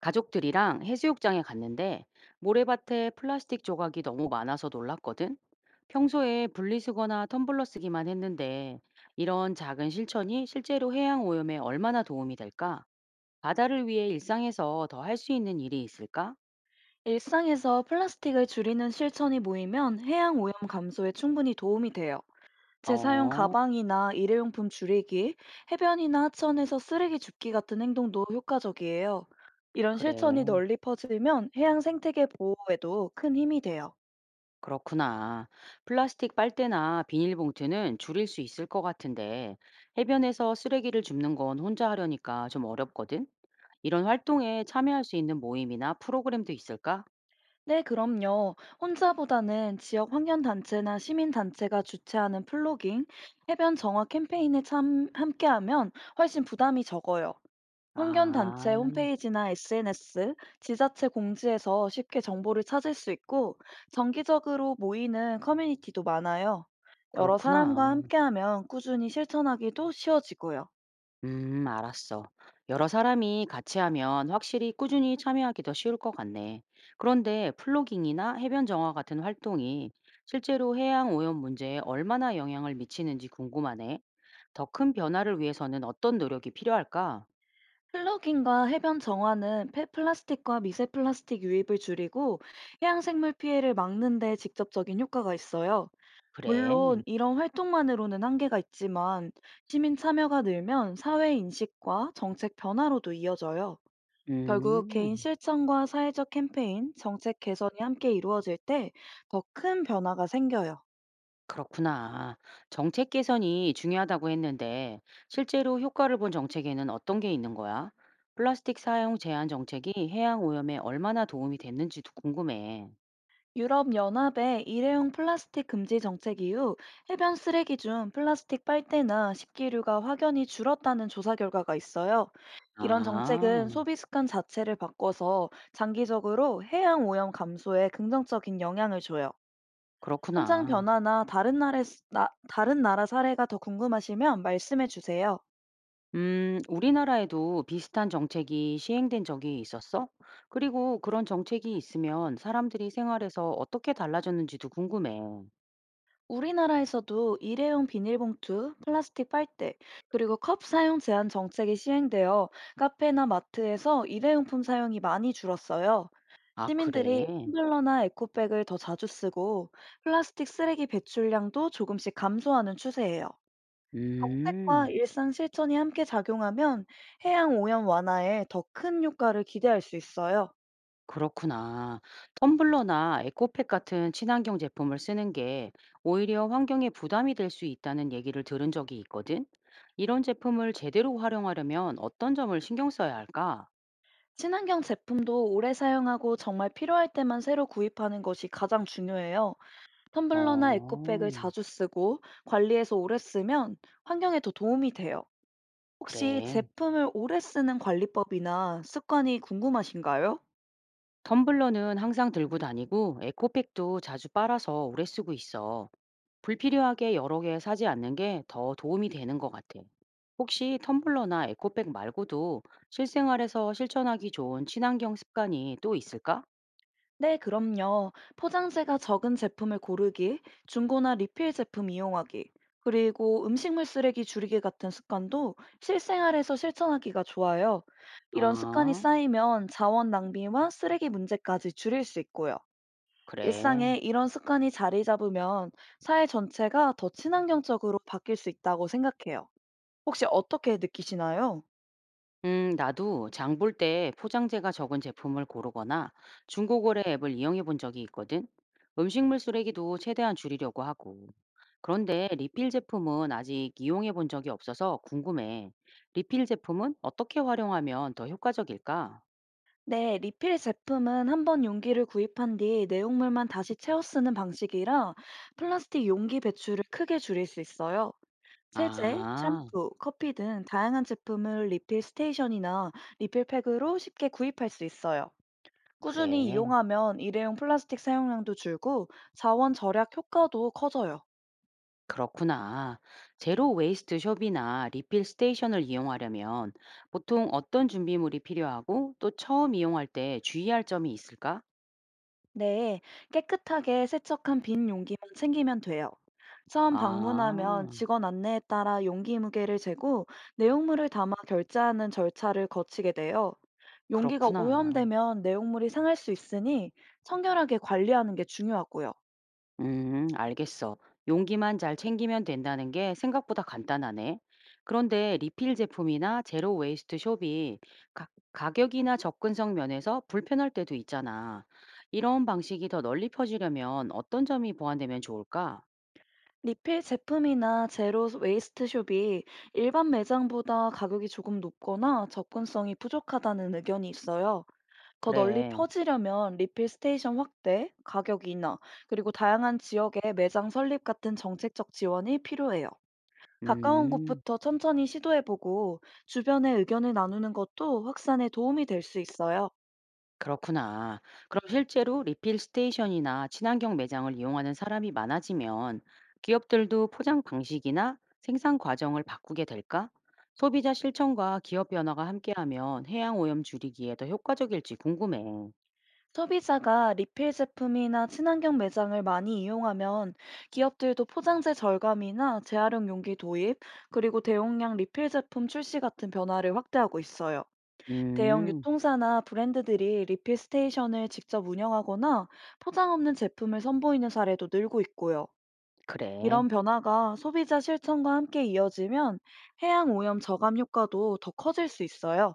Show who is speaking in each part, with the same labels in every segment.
Speaker 1: 가족들이랑 해수욕장에 갔는데 모래밭에 플라스틱 조각이 너무 많아서 놀랐거든. 평소에 분리수거나 텀블러 쓰기만 했는데 이런 작은 실천이 실제로 해양 오염에 얼마나 도움이 될까? 바다를 위해 일상에서 더 할 수 있는 일이 있을까?
Speaker 2: 일상에서 플라스틱을 줄이는 실천이 모이면 해양 오염 감소에 충분히 도움이 돼요. 재사용
Speaker 1: 어,
Speaker 2: 가방이나 일회용품 줄이기, 해변이나 하천에서 쓰레기 줍기 같은 행동도 효과적이에요. 이런 실천이
Speaker 1: 그래.
Speaker 2: 널리 퍼지면 해양 생태계 보호에도 큰 힘이 돼요.
Speaker 1: 그렇구나. 플라스틱 빨대나 비닐봉투는 줄일 수 있을 것 같은데, 해변에서 쓰레기를 줍는 건 혼자 하려니까 좀 어렵거든? 이런 활동에 참여할 수 있는 모임이나 프로그램도 있을까?
Speaker 2: 네, 그럼요. 혼자보다는 지역 환경단체나 시민단체가 주최하는 플로깅, 해변 정화 캠페인에 함께하면 훨씬 부담이 적어요. 환경단체
Speaker 1: 아,
Speaker 2: 홈페이지나 SNS, 지자체 공지에서 쉽게 정보를 찾을 수 있고, 정기적으로 모이는 커뮤니티도 많아요. 여러 사람과
Speaker 1: 그렇구나.
Speaker 2: 함께하면 꾸준히 실천하기도 쉬워지고요.
Speaker 1: 알았어. 여러 사람이 같이 하면 확실히 꾸준히 참여하기 더 쉬울 것 같네. 그런데 플로깅이나 해변 정화 같은 활동이 실제로 해양 오염 문제에 얼마나 영향을 미치는지 궁금하네. 더 큰 변화를 위해서는 어떤 노력이 필요할까?
Speaker 2: 플러깅과 해변 정화는 폐플라스틱과 미세 플라스틱 유입을 줄이고 해양생물 피해를 막는 데 직접적인 효과가 있어요.
Speaker 1: 그래.
Speaker 2: 물론 이런 활동만으로는 한계가 있지만 시민 참여가 늘면 사회 인식과 정책 변화로도 이어져요. 결국 개인
Speaker 1: 음,
Speaker 2: 실천과 사회적 캠페인, 정책 개선이 함께 이루어질 때 더 큰 변화가 생겨요.
Speaker 1: 그렇구나. 정책 개선이 중요하다고 했는데 실제로 효과를 본 정책에는 어떤 게 있는 거야? 플라스틱 사용 제한 정책이 해양 오염에 얼마나 도움이 됐는지도 궁금해.
Speaker 2: 유럽연합의 일회용 플라스틱 금지 정책 이후 해변 쓰레기 중 플라스틱 빨대나 식기류가 확연히 줄었다는 조사 결과가 있어요. 이런 정책은
Speaker 1: 아,
Speaker 2: 소비 습관 자체를 바꿔서 장기적으로 해양 오염 감소에 긍정적인 영향을 줘요. 현장
Speaker 1: 그렇구나.
Speaker 2: 변화나 다른 나라 사례가 더 궁금하시면 말씀해 주세요.
Speaker 1: 우리나라에도 비슷한 정책이 시행된 적이 있었어? 그리고 그런 정책이 있으면 사람들이 생활에서 어떻게 달라졌는지도 궁금해.
Speaker 2: 우리나라에서도 일회용 비닐봉투, 플라스틱 빨대, 그리고 컵 사용 제한 정책이 시행되어 카페나 마트에서 일회용품 사용이 많이 줄었어요.
Speaker 1: 아,
Speaker 2: 시민들이
Speaker 1: 그래?
Speaker 2: 텀블러나 에코백을 더 자주 쓰고 플라스틱 쓰레기 배출량도 조금씩 감소하는 추세예요. 정책과
Speaker 1: 음
Speaker 2: 일상 실천이 함께 작용하면 해양 오염 완화에 더 큰 효과를 기대할 수 있어요.
Speaker 1: 그렇구나. 텀블러나 에코백 같은 친환경 제품을 쓰는 게 오히려 환경에 부담이 될 수 있다는 얘기를 들은 적이 있거든. 이런 제품을 제대로 활용하려면 어떤 점을 신경 써야 할까?
Speaker 2: 친환경 제품도 오래 사용하고 정말 필요할 때만 새로 구입하는 것이 가장 중요해요.
Speaker 1: 어,
Speaker 2: 텀블러나 에코백을 자주 쓰고 관리해서 오래 쓰면 환경에 더 도움이 돼요. 혹시
Speaker 1: 그래.
Speaker 2: 제품을 오래 쓰는 관리법이나 습관이 궁금하신가요?
Speaker 1: 텀블러는 항상 들고 다니고 에코백도 자주 빨아서 오래 쓰고 있어. 불필요하게 여러 개 사지 않는 게 더 도움이 되는 것 같아. 혹시 텀블러나 에코백 말고도 실생활에서 실천하기 좋은 친환경 습관이 또 있을까?
Speaker 2: 네, 그럼요. 포장재가 적은 제품을 고르기, 중고나 리필 제품 이용하기, 그리고 음식물 쓰레기 줄이기 같은 습관도 실생활에서 실천하기가 좋아요. 이런 습관이
Speaker 1: 아,
Speaker 2: 쌓이면 자원 낭비와 쓰레기 문제까지 줄일 수 있고요.
Speaker 1: 그래.
Speaker 2: 일상에 이런 습관이 자리 잡으면 사회 전체가 더 친환경적으로 바뀔 수 있다고 생각해요. 혹시 어떻게 느끼시나요?
Speaker 1: 나도 장볼 때 포장재가 적은 제품을 고르거나 중고거래 앱을 이용해 본 적이 있거든. 음식물 쓰레기도 최대한 줄이려고 하고. 그런데 리필 제품은 아직 이용해 본 적이 없어서 궁금해. 리필 제품은 어떻게 활용하면 더 효과적일까?
Speaker 2: 네, 리필 제품은 한 번 용기를 구입한 뒤 내용물만 다시 채워 쓰는 방식이라 플라스틱 용기 배출을 크게 줄일 수 있어요. 세제,
Speaker 1: 아,
Speaker 2: 샴푸, 커피 등 다양한 제품을 리필 스테이션이나 리필팩으로 쉽게 구입할 수 있어요.
Speaker 1: 그래.
Speaker 2: 꾸준히 이용하면 일회용 플라스틱 사용량도 줄고 자원 절약 효과도 커져요.
Speaker 1: 그렇구나. 제로 웨이스트 숍이나 리필 스테이션을 이용하려면 보통 어떤 준비물이 필요하고 또 처음 이용할 때 주의할 점이 있을까?
Speaker 2: 네, 깨끗하게 세척한 빈 용기만 챙기면 돼요. 처음 방문하면
Speaker 1: 아,
Speaker 2: 직원 안내에 따라 용기 무게를 재고 내용물을 담아 결제하는 절차를 거치게 돼요. 용기가
Speaker 1: 그렇구나.
Speaker 2: 오염되면 내용물이 상할 수 있으니 청결하게 관리하는 게 중요하고요.
Speaker 1: 알겠어. 용기만 잘 챙기면 된다는 게 생각보다 간단하네. 그런데 리필 제품이나 제로 웨이스트 숍이 가, 가격이나 접근성 면에서 불편할 때도 있잖아. 이런 방식이 더 널리 퍼지려면 어떤 점이 보완되면 좋을까?
Speaker 2: 리필 제품이나 제로 웨이스트 숍이 일반 매장보다 가격이 조금 높거나 접근성이 부족하다는 의견이 있어요. 더 널리
Speaker 1: 그래.
Speaker 2: 퍼지려면 리필 스테이션 확대, 가격 인하, 그리고 다양한 지역의 매장 설립 같은 정책적 지원이 필요해요. 가까운
Speaker 1: 음.
Speaker 2: 곳부터 천천히 시도해보고 주변의 의견을 나누는 것도 확산에 도움이 될 수 있어요.
Speaker 1: 그렇구나. 그럼 실제로 리필 스테이션이나 친환경 매장을 이용하는 사람이 많아지면 기업들도 포장 방식이나 생산 과정을 바꾸게 될까? 소비자 실천과 기업 변화가 함께하면 해양 오염 줄이기에 더 효과적일지 궁금해.
Speaker 2: 소비자가 리필 제품이나 친환경 매장을 많이 이용하면 기업들도 포장재 절감이나 재활용 용기 도입, 그리고 대용량 리필 제품 출시 같은 변화를 확대하고 있어요. 대형
Speaker 1: 음,
Speaker 2: 유통사나 브랜드들이 리필 스테이션을 직접 운영하거나 포장 없는 제품을 선보이는 사례도 늘고 있고요.
Speaker 1: 그래.
Speaker 2: 이런 변화가 소비자 실천과 함께 이어지면 해양 오염 저감 효과도 더 커질 수 있어요.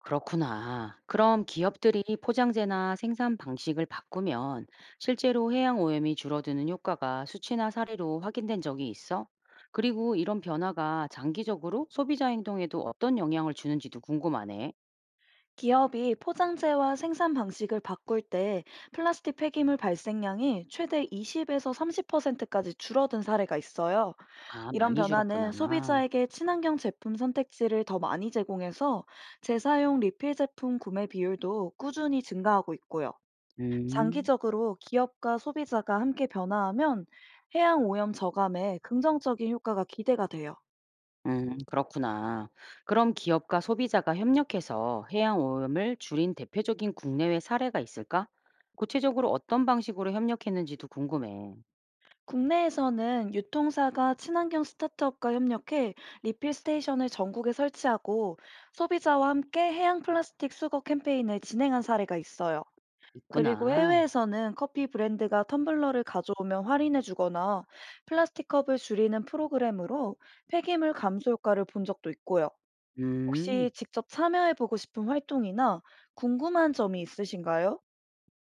Speaker 1: 그렇구나. 그럼 기업들이 포장재나 생산 방식을 바꾸면 실제로 해양 오염이 줄어드는 효과가 수치나 사례로 확인된 적이 있어? 그리고 이런 변화가 장기적으로 소비자 행동에도 어떤 영향을 주는지도 궁금하네.
Speaker 2: 기업이 포장재와 생산 방식을 바꿀 때 플라스틱 폐기물 발생량이 최대 20에서 30%까지 줄어든 사례가 있어요.
Speaker 1: 아,
Speaker 2: 이런
Speaker 1: 많이
Speaker 2: 변화는
Speaker 1: 줄었구나.
Speaker 2: 소비자에게 친환경 제품 선택지를 더 많이 제공해서 재사용 리필 제품 구매 비율도 꾸준히 증가하고 있고요.
Speaker 1: 음,
Speaker 2: 장기적으로 기업과 소비자가 함께 변화하면 해양 오염 저감에 긍정적인 효과가 기대가 돼요.
Speaker 1: 그렇구나. 그럼 기업과 소비자가 협력해서 해양 오염을 줄인 대표적인 국내외 사례가 있을까? 구체적으로 어떤 방식으로 협력했는지도 궁금해.
Speaker 2: 국내에서는 유통사가 친환경 스타트업과 협력해 리필 스테이션을 전국에 설치하고 소비자와 함께 해양 플라스틱 수거 캠페인을 진행한 사례가 있어요. 그리고
Speaker 1: 있구나.
Speaker 2: 해외에서는 커피 브랜드가 텀블러를 가져오면 할인해 주거나 플라스틱 컵을 줄이는 프로그램으로 폐기물 감소 효과를 본 적도 있고요.
Speaker 1: 음,
Speaker 2: 혹시 직접 참여해 보고 싶은 활동이나 궁금한 점이 있으신가요?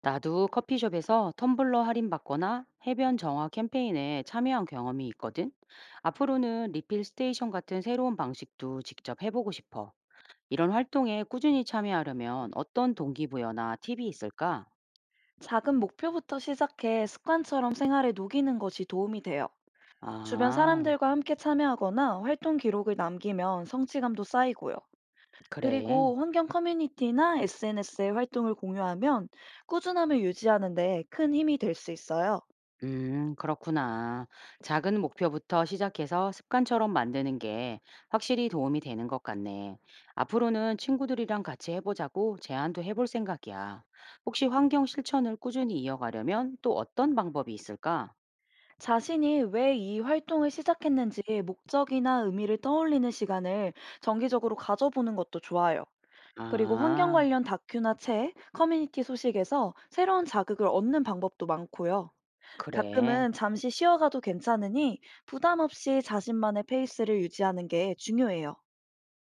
Speaker 1: 나도 커피숍에서 텀블러 할인받거나 해변 정화 캠페인에 참여한 경험이 있거든. 앞으로는 리필 스테이션 같은 새로운 방식도 직접 해보고 싶어. 이런 활동에 꾸준히 참여하려면 어떤 동기부여나 팁이 있을까?
Speaker 2: 작은 목표부터 시작해 습관처럼 생활에 녹이는 것이 도움이 돼요. 주변
Speaker 1: 아,
Speaker 2: 사람들과 함께 참여하거나 활동 기록을 남기면 성취감도 쌓이고요.
Speaker 1: 그래.
Speaker 2: 그리고 환경 커뮤니티나 SNS의 활동을 공유하면 꾸준함을 유지하는 데 큰 힘이 될 수 있어요.
Speaker 1: 그렇구나. 작은 목표부터 시작해서 습관처럼 만드는 게 확실히 도움이 되는 것 같네. 앞으로는 친구들이랑 같이 해보자고 제안도 해볼 생각이야. 혹시 환경 실천을 꾸준히 이어가려면 또 어떤 방법이 있을까?
Speaker 2: 자신이 왜 이 활동을 시작했는지 목적이나 의미를 떠올리는 시간을 정기적으로 가져보는 것도 좋아요. 그리고 환경
Speaker 1: 아,
Speaker 2: 관련 다큐나 책, 커뮤니티 소식에서 새로운 자극을 얻는 방법도 많고요.
Speaker 1: 그래.
Speaker 2: 가끔은 잠시 쉬어가도 괜찮으니 부담 없이 자신만의 페이스를 유지하는 게 중요해요.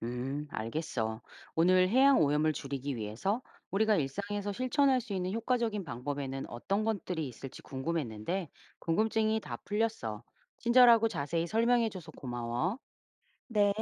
Speaker 1: 알겠어. 오늘 해양 오염을 줄이기 위해서 우리가 일상에서 실천할 수 있는 효과적인 방법에는 어떤 것들이 있을지 궁금했는데, 궁금증이 다 풀렸어. 친절하고 자세히 설명해줘서 고마워.
Speaker 2: 네.